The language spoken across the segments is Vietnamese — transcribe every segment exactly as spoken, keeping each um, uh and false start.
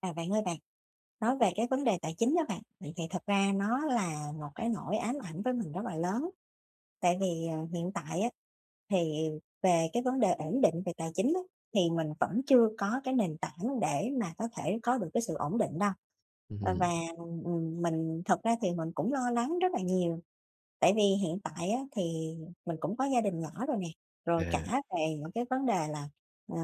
À, bạn ơi bạn, nói về cái vấn đề tài chính đó bạn, vậy thì thật ra nó là một cái nỗi ám ảnh với mình rất là lớn. Tại vì, ờ, hiện tại á, thì về cái vấn đề ổn định về tài chính á, thì mình vẫn chưa có cái nền tảng để mà có thể có được cái sự ổn định đâu. Ờ, và, Ừm, ừm, mình thật ra thì mình cũng lo lắng rất là nhiều, tại vì hiện tại á, thì mình cũng có gia đình nhỏ rồi nè, rồi à, cả về những cái vấn đề là, ờ,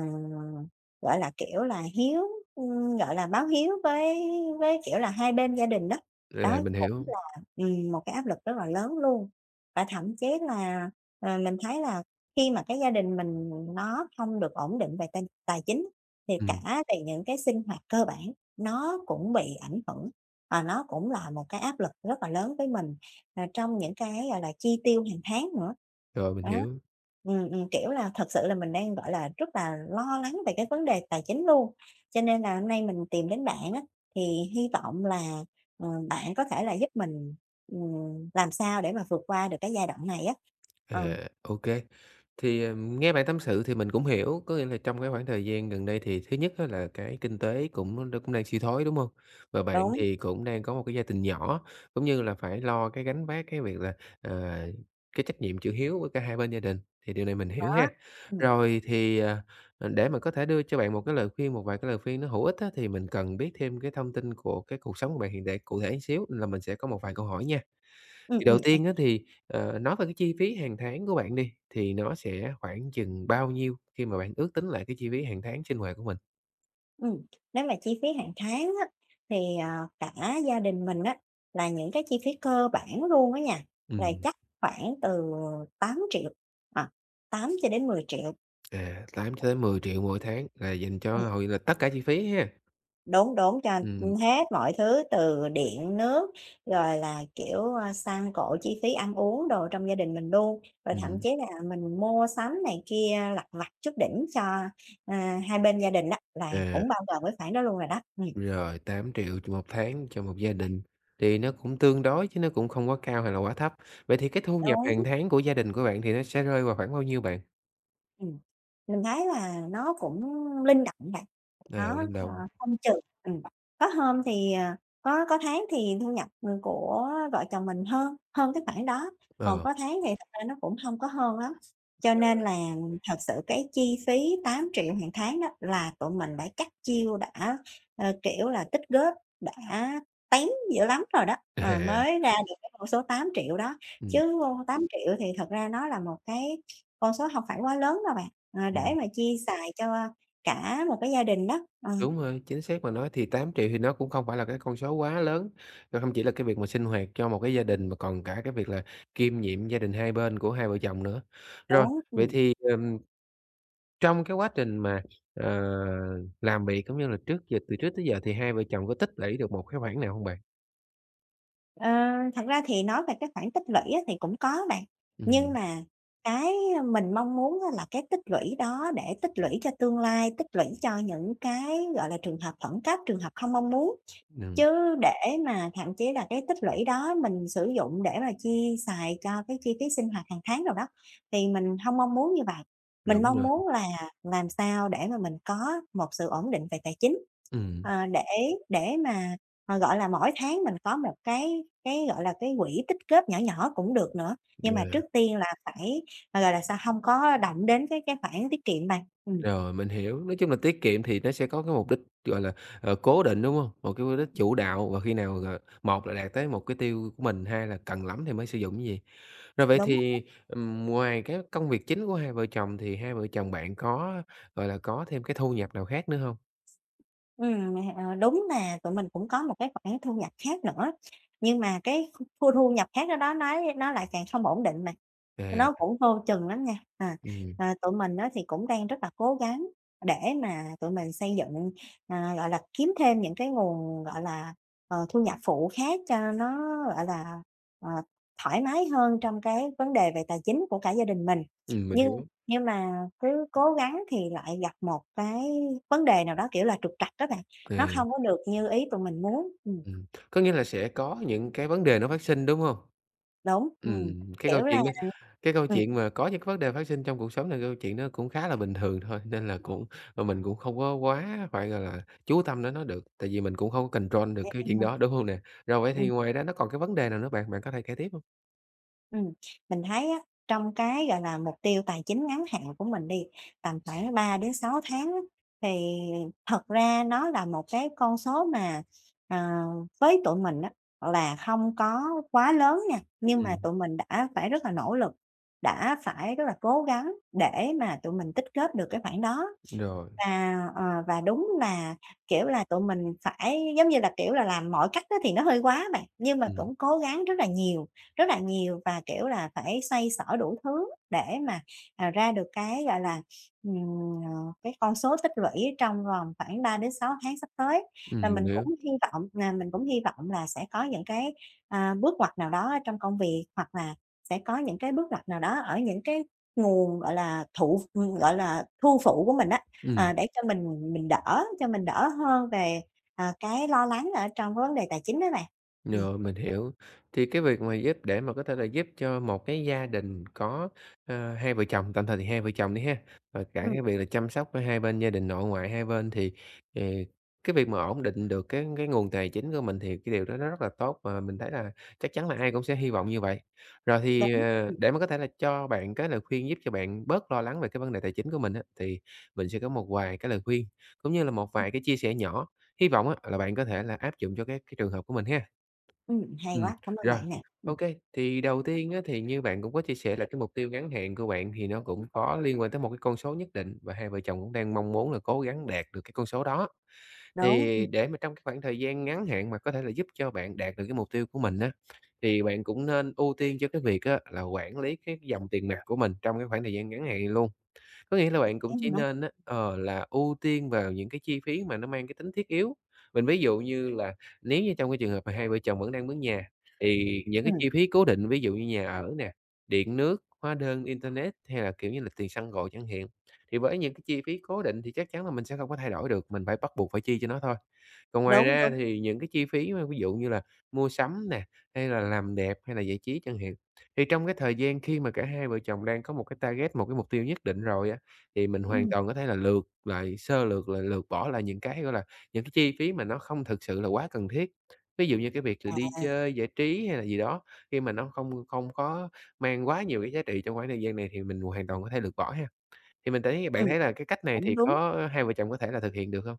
gọi là, kiểu là, hiếu ưm, gọi là, báo hiếu với với, kiểu là, hai bên gia đình đó. Đó à, mình cũng hiểu, là, ừm, một cái áp lực rất là lớn luôn. Và thậm chí là, ờ, mình thấy là khi mà cái gia đình mình nó không được ổn định về tài tài chính thì ừm, cả về những cái sinh hoạt cơ bản nó cũng bị ảnh hưởng, và nó cũng là một cái áp lực rất là lớn với mình, ờ, trong những cái, gọi là, chi tiêu hàng tháng nữa. rồi, mình Đó. hiểu. Ừm, ừm, kiểu là, thật sự là mình đang, gọi là, rất là lo lắng về cái vấn đề tài chính luôn. Cho nên là hôm nay mình tìm đến bạn á, thì hy vọng là Ờ, bạn có thể là giúp mình, ừm, làm sao để mà vượt qua được cái giai đoạn này á. À, Ờ, ô Thì, ờ, nghe bạn tâm sự thì mình cũng hiểu, có nghĩa là trong cái khoảng thời gian gần đây thì thứ nhất á là cái kinh tế cũng nó cũng đang suy thoái, đúng không? Và bạn đúng, thì cũng đang có một cái gia đình nhỏ, cũng như là phải lo cái gánh vác cái việc là, ờ, cái trách nhiệm chữ hiếu với cả hai bên gia đình, thì điều này mình hiểu đó. ha. Ừm, Rồi thì, à, ờ, để mà có thể đưa cho bạn một cái lời khuyên, một vài cái lời khuyên nó hữu ích á, thì mình cần biết thêm cái thông tin của cái cuộc sống của bạn hiện tại cụ thể một xíu, nên là mình sẽ có một vài câu hỏi nha. ừm, Thì đầu ừm, ừm, tiên á thì, ờ, nói về cái chi phí hàng tháng của bạn đi, thì nó sẽ khoảng chừng bao nhiêu khi mà bạn ước tính lại cái chi phí hàng tháng sinh hoạt của mình? ừm. Nếu mà chi phí hàng tháng á, thì, ờ, cả gia đình mình á, là những cái chi phí cơ bản luôn á nha, là Ừm, chắc khoảng từ tám triệu, không không không ờ, cho đến mười triệu. à, tám cho tới mười triệu mỗi tháng là dành cho hầu là tất cả chi phí ha? Đúng, đúng, cho Ừm, hết mọi thứ từ điện nước, rồi là, kiểu, a, xăng cộ, chi phí ăn uống đồ trong gia đình mình luôn, rồi thậm ừm, chí là mình mua sắm này kia lặt vặt chút đỉnh cho, à, hai bên gia đình đó là à, cũng bao gồm cái khoản đó luôn rồi đó. Ừm, rồi tám triệu không không không cho một tháng cho một gia đình, thì nó cũng tương đối chứ nó cũng không quá cao hay là quá thấp. Vậy thì cái thu nhập đúng. hàng tháng của gia đình của bạn thì nó sẽ rơi vào khoảng bao nhiêu bạn? Ừm, mình thấy là nó cũng linh động bạn, À, nó, lần ờ, đầu không chừng ừm, có hôm thì, ờ có có tháng thì thu nhập, ừ, của vợ chồng mình hơn hơn cái khoản đó, còn ờ, có tháng thì thật ra nó cũng không có hơn lắm. Cho nên là thật sự cái chi phí tám triệu hàng tháng đó là tụi mình đã cắt chiêu, đã, ờ, kiểu là, tích góp, đã tém dữ lắm rồi đó, ờ, à, mới ra được cái con số tám triệu đó, ừm, chứ tám triệu thì thật ra nó là một cái con số hông phải quá lớn đâu bạn, ờ, để ừm. mà chia xài cho cả một cái gia đình đó. Ờ, Đúng rồi, chính xác mà nói thì tám triệu thì nó cũng không phải là cái con số quá lớn, nó không chỉ là cái việc mà sinh hoạt cho một cái gia đình mà còn cả cái việc là kiêm nhiệm gia đình hai bên của hai vợ chồng nữa. Rồi, đúng, vậy ừm. thì, ừm, trong cái quá trình mà, ờ, làm việc cũng như là trước giờ từ trước tới giờ thì hai vợ chồng có tích lũy được một cái khoản nào không bạn? Ờ, thật ra thì nói về cái khoản tích lũy á thì cũng có bạn, nhưng Ừm, mà cái mình mong muốn á là cái tích lũy đó để tích lũy cho tương lai, tích lũy cho những cái, gọi là, trường hợp khẩn cấp, trường hợp không mong muốn. ừm, Chứ để mà thậm chí là cái tích lũy đó mình sử dụng để mà chi xài cho cái chi phí sinh hoạt hàng tháng đồ đó, thì mình hông mong muốn như vậy. Mình đúng mong rồi, muốn là làm sao để mà mình có một sự ổn định về tài chính, ừm, ờ, để để mà, ờ, gọi là, mỗi tháng mình có một cái cái, gọi là, cái quỹ tích góp nhỏ nhỏ cũng được nữa, nhưng mà yeah. trước tiên là phải, ờ, gọi là sao, hông có động đến cái cái khoản tiết kiệm bạn. Ừm, Rồi, mình hiểu. Nói chung là tiết kiệm thì nó sẽ có cái mục đích, gọi là, ờ, cố định, đúng không? Một cái mục đích chủ đạo và khi nào, ờ, một là đạt tới một cái tiêu của mình, hai là cần lắm thì mới sử dụng cái gì. Rồi vậy đúng. thì, ừm, ngoài cái công việc chính của hai vợ chồng thì hai vợ chồng bạn có, gọi là, có thêm cái thu nhập nào khác nữa không? Ừm, ờ, đúng là tụi mình cũng có một cái khoản thu nhập khác nữa, nhưng mà cái kh thu thu nhập khác đó đó nó nó lại càng không ổn định mà, À, nó cũng vô chừng lắm nha. À, ừm, à, tụi mình á thì cũng đang rất là cố gắng để mà tụi mình xây dựng, à, gọi là, kiếm thêm những cái nguồn, gọi là, ờ, thu nhập phụ khác cho nó, gọi là, ờ, thoải mái hơn trong cái vấn đề về tài chính của cả gia đình mình. ừm, mình Nhưng hiểu. nhưng mà cứ cố gắng thì lại gặp một cái vấn đề nào đó, kiểu là, trục trặc á bạn, nó À, không có được như ý tụi mình muốn. Ừm, ừm, có nghĩa là sẽ có những cái vấn đề nó phát sinh, đúng không? đúng, ừm, Ừm, cái câu kiểu là chuyện đó cái câu ừm, chuyện mà có những cái vấn đề phát sinh trong cuộc sống là câu chuyện nó cũng khá là bình thường thôi, nên là cũng mà mình cũng không có quá phải, gọi là, chú tâm đến nó được, tại vì mình cũng không có control được cái đúng chuyện rồi, đó, đúng hông nè? Rồi vậy thì ừm. ngoài ra nó còn cái vấn đề nào nữa bạn? Bạn có thể kể tiếp hông? Mình thấy á, trong cái, gọi là, mục tiêu tài chính ngắn hạn của mình đi, tầm khoảng ba đến sáu tháng á, thì thật ra nó là một cái con số mà, ờ, với tụi mình á, là không có quá lớn nha, nhưng mà Ừm, tụi mình đã phải rất là nỗ lực, đã phải rất là cố gắng để mà tụi mình tích góp được cái khoản đó. rồi, Và, ờ, và đúng là, kiểu là, tụi mình phải, giống như là, kiểu là, làm mọi cách á thì nó hơi quá bạn, nhưng mà ừm, cũng cố gắng rất là nhiều, rất là nhiều và, kiểu là, phải xoay xở đủ thứ để mà, à, ra được cái, gọi là, ừm, ờ, cái con số tích lũy trong vòng khoảng ba đến sáu tháng sắp tới. Và ừm, mình mình cũng hiểu. hy vọng là mình cũng hy vọng là sẽ có những cái, à, bước ngoặt nào đó trong công việc, hoặc là sẽ có những cái bước ngoặt nào đó ở những cái nguồn, gọi là, thụ ừm, gọi là, thu phụ của mình á. Ừm. Ờ, để cho mình mình đỡ cho mình đỡ hơn về, ờ, cái lo lắng ở trong cái vấn đề tài chính đó bạn. Ừm, Rồi, mình hiểu. Thì cái việc mà giúp để mà có thể là giúp cho một cái gia đình có, ờ, hai vợ chồng, tạm thời thì hai vợ chồng đi ha, và cả ừm, cái việc là chăm sóc với hai bên gia đình nội ngoại hai bên thì, ờ, cái việc mà ổn định được cái cái nguồn tài chính của mình thì cái điều đó nó rất là tốt và mình thấy là chắc chắn là ai cũng sẽ hy vọng như vậy. Rồi thì, đúng, ờ, ừm, để mà có thể là cho bạn cái lời khuyên giúp cho bạn bớt lo lắng về cái vấn đề tài chính của mình á, thì mình sẽ có một vài cái lời khuyên, cũng như là một vài cái chia sẻ nhỏ, hy vọng á là bạn có thể là áp dụng cho cái cái trường hợp của mình ha. ừm, hay Ừm, quá, cảm ơn rồi, bạn nè. ô Ừm, kê. Thì đầu tiên á, thì như bạn cũng có chia sẻ là cái mục tiêu ngắn hạn của bạn thì nó cũng có liên quan tới một cái con số nhất định và hai vợ chồng cũng đang mong muốn là cố gắng đạt được cái con số đó. đúng, Thì ừm, để mà trong cái khoảng thời gian ngắn hạn mà có thể là giúp cho bạn đạt được cái mục tiêu của mình á, thì bạn cũng nên ưu tiên cho cái việc á, là quản lý cái dòng tiền mặt của mình trong cái khoảng thời gian ngắn hạn này luôn. Có nghĩa là bạn cũng chỉ đấy, nên á, ờ, là ưu tiên vào những cái chi phí mà nó mang cái tính thiết yếu. Mình ví dụ như là nếu như trong cái trường hợp mà hai vợ chồng vẫn đang mướn nhà, thì những cái ừm, chi phí cố định, ví dụ như nhà ở nè, điện nước, hóa đơn, internet hay là, kiểu như là, tiền xăng cộ chẳng hạn, thì với những cái chi phí cố định thì chắc chắn là mình sẽ không có thay đổi được, mình phải bắt buộc phải chi cho nó thôi. Còn ngoài đúng, ra đúng, thì những cái chi phí mà ví dụ như là mua sắm nè, hay là làm đẹp, hay là giải trí chẳng hạn, thì trong cái thời gian khi mà cả hai vợ chồng đang có một cái target, một cái mục tiêu nhất định rồi á, thì mình hoàn ừm, toàn có thể là lược lại, sơ lược lại, lược bỏ lại những cái, gọi là, những cái chi phí mà nó không thực sự là quá cần thiết. Ví dụ như cái việc là đi chơi, giải trí hay là gì đó, khi mà nó không không có mang quá nhiều cái giá trị trong khoảng thời gian này thì mình hoàn toàn có thể lược bỏ ha. Thì mình thấy bạn ừm, thấy là cái cách này cũng thì đúng. có hai vợ chồng có thể là thực hiện được hông?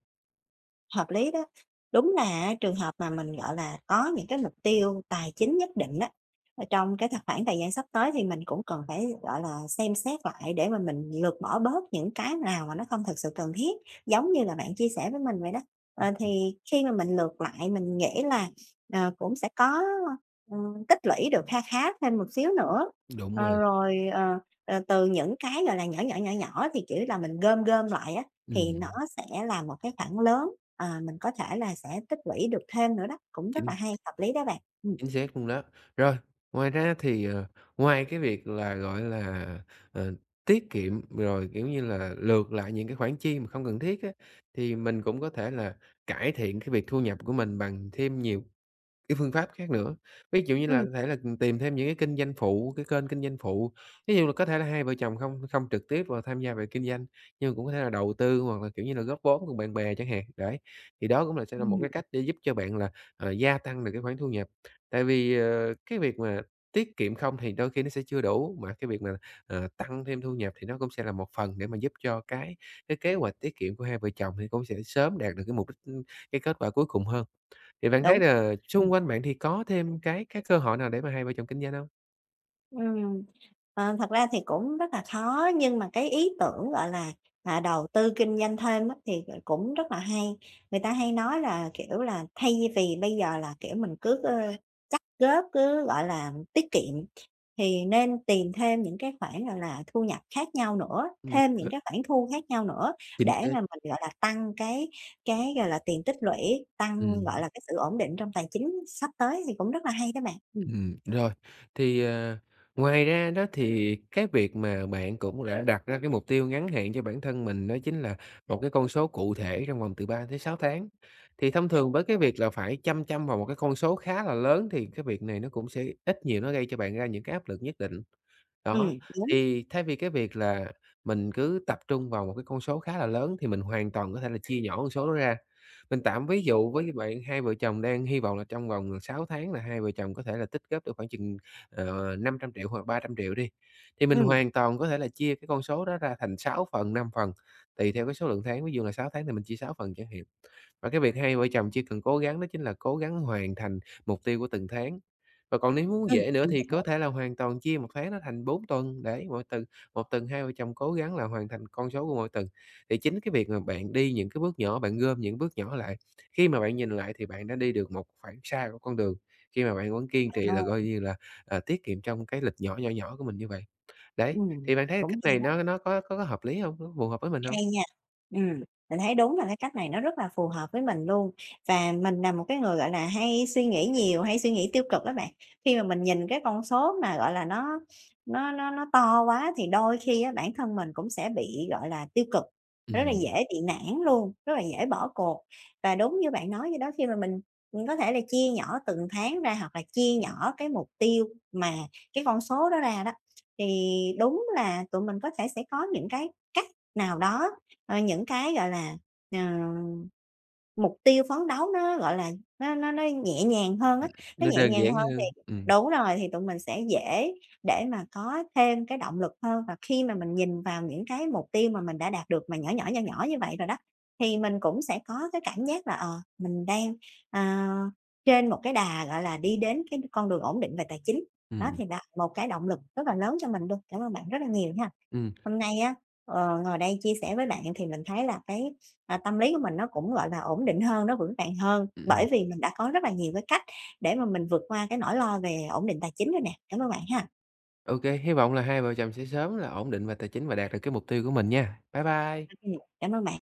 Hợp lý đó. Đúng là trường hợp mà mình, gọi là, có những cái mục tiêu tài chính nhất định đó ở trong cái thời khoảng thời gian sắp tới thì mình cũng cần phải, gọi là, xem xét lại để mà mình lược bỏ bớt những cái nào mà nó không thực sự cần thiết, giống như là bạn chia sẻ với mình vậy đó. Ờ, thì khi mà mình lược lại mình nghĩ là, ờ, cũng sẽ có, ừm, tích lũy được kha khá thêm một xíu nữa. Đúng Ờ, rồi. rồi, ờ, ờ, từ những cái, gọi là, nhỏ nhỏ, nhỏ nhỏ thì, chỉ là, mình gom gom lại á, thì nó Ừm, sẽ là một cái khoản lớn, ờ, mình có thể là sẽ tích lũy được thêm nữa đó, cũng rất là chính hay, hợp lý đó bạn. Ừm, Chính xác luôn đó. Rồi, ngoài ra thì, ờ, ngoài cái việc là, gọi là, ờ, tiết kiệm rồi, kiểu như là, lược lại những cái khoản chi mà không cần thiết á, thì mình cũng có thể là cải thiện cái việc thu nhập của mình bằng thêm nhiều cái phương pháp khác nữa, ví dụ như là ừm, có thể là, ừ, tìm thêm những cái kinh doanh phụ, cái kênh kinh doanh phụ. Ví dụ là có thể là hai vợ chồng không không trực tiếp vào tham gia về kinh doanh, nhưng cũng có thể là đầu tư hoặc là, kiểu như là, góp vốn cùng bạn bè chẳng hạn, đấy. Thì đó cũng là sẽ là một Ừm, cái cách để giúp cho bạn là, ờ, gia tăng được cái khoản thu nhập. Tại vì, ờ, cái việc mà tiết kiệm không thì đôi khi nó sẽ chưa đủ, mà cái việc mà, ờ, tăng thêm thu nhập thì nó cũng sẽ là một phần để mà giúp cho cái cái kế hoạch tiết kiệm của hai vợ chồng thì cũng sẽ sớm đạt được cái mục đích, ừ, cái kết quả cuối cùng hơn. Thì bạn thấy đúng, là ừm, xung quanh bạn thì có thêm cái cái cơ hội nào để mà hai vợ chồng kinh doanh hông? ừm. Ờ, thật ra thì cũng rất là khó nhưng mà cái ý tưởng, gọi là, à, đầu tư kinh doanh thêm á thì, ờ, cũng rất là hay. Người ta hay nói là, kiểu là, thay vì bây giờ là, kiểu, mình cứ, ơ góp cứ, gọi là, tiết kiệm, thì nên tìm thêm những cái khoản, gọi là, thu nhập khác nhau nữa, Ừm, thêm những cái khoản thu khác nhau nữa chính để xác. mà mình, gọi là, tăng cái cái, gọi là, tiền tích lũy, tăng, gọi Ừm, là, cái sự ổn định trong tài chính sắp tới thì cũng rất là hay đó bạn. Ừm, ừm, rồi. Thì, ờ, ngoài ra đó thì cái việc mà bạn cũng đã đặt ra cái mục tiêu ngắn hạn cho bản thân mình đó chính là một cái con số cụ thể trong vòng từ ba tới sáu tháng. Thì thông thường với cái việc là phải chăm chăm vào một cái con số khá là lớn thì cái việc này nó cũng sẽ ít nhiều nó gây cho bạn ra những cái áp lực nhất định. Đó, ừm, đúng, thì thay vì cái việc là mình cứ tập trung vào một cái con số khá là lớn thì mình hoàn toàn có thể là chia nhỏ con số đó ra. Mình tạm ví dụ với bạn hai vợ chồng đang hy vọng là trong vòng, ờ, sáu tháng là hai vợ chồng có thể là tích góp được khoảng chừng, ờ, năm trăm triệu hoặc ba trăm triệu đi, thì mình ừm, hoàn toàn có thể là chia cái con số đó ra thành sáu phần, năm phần, tùy theo cái số lượng tháng. Ví dụ là sáu tháng thì mình chia sáu phần chẳng hạn. Và cái việc hai vợ chồng chỉ cần cố gắng đó chính là cố gắng hoàn thành mục tiêu của từng tháng. Và còn nếu muốn ừm, dễ nữa mình thì có hiểu, thể là hoàn toàn chia một tháng nó thành bốn tuần, để mỗi tuần một tuần hai vợ chồng cố gắng là hoàn thành con số của mỗi tuần. Thì chính cái việc mà bạn đi những cái bước nhỏ, bạn gom những bước nhỏ lại, khi mà bạn nhìn lại thì bạn đã đi được một khoảng xa của con đường, khi mà bạn vẫn kiên trì là ờ, coi như là, à, tiết kiệm trong cái lịch nhỏ, nhỏ nhỏ của mình như vậy. Đấy, ừm, thì bạn thấy cũng cách hay này đó. nó nó có có có hợp lý không? Nó phù hợp với mình không? Hay nha. Ừm, mình thấy đúng là cái cách này nó rất là phù hợp với mình luôn. Và mình là một cái người, gọi là, hay suy nghĩ nhiều, hay suy nghĩ tiêu cực các bạn. Khi mà mình nhìn cái con số mà, gọi là, nó nó nó nó to quá thì đôi khi á bản thân mình cũng sẽ bị, gọi là, tiêu cực, rất là Ừm, dễ bị nản luôn, rất là dễ bỏ cuộc. Và đúng như bạn nói vậy đó, khi mà mình mình có thể là chia nhỏ từng tháng ra hoặc là chia nhỏ cái mục tiêu mà cái con số đó ra đó, thì đúng là tụi mình có thể sẽ có những cái cách nào đó, ờ, những cái, gọi là, ờ, mục tiêu phấn đấu nó, gọi là, nó nó nó nhẹ nhàng hơn á, nó nó nhẹ đơn nhàng giản hơn thì hơn. Ừm, đúng rồi, thì tụi mình sẽ dễ để mà có thêm cái động lực hơn. Và khi mà mình nhìn vào những cái mục tiêu mà mình đã đạt được mà nhỏ nhỏ, nhỏ nhỏ như vậy rồi đó, thì mình cũng sẽ có cái cảm giác là, ờ, mình đang, ờ, trên một cái đà, gọi là, đi đến cái con đường ổn định về tài chính. Đó ừm, thì là một cái động lực rất là lớn cho mình luôn. Cảm ơn bạn rất là nhiều nha. ừm. Hôm nay á, ờ, ngồi đây chia sẻ với bạn thì mình thấy là cái, à, tâm lý của mình nó cũng, gọi là, ổn định hơn, nó vững vàng hơn, Ừm, bởi ừm. vì mình đã có rất là nhiều cái cách để mà mình vượt qua cái nỗi lo về ổn định tài chính rồi nè. Cảm ơn bạn ha. Ô hy vọng là hai vợ chồng sẽ sớm là ổn định về tài chính và đạt được cái mục tiêu của mình nha. Bye bye. Ừm. Cảm ơn bạn.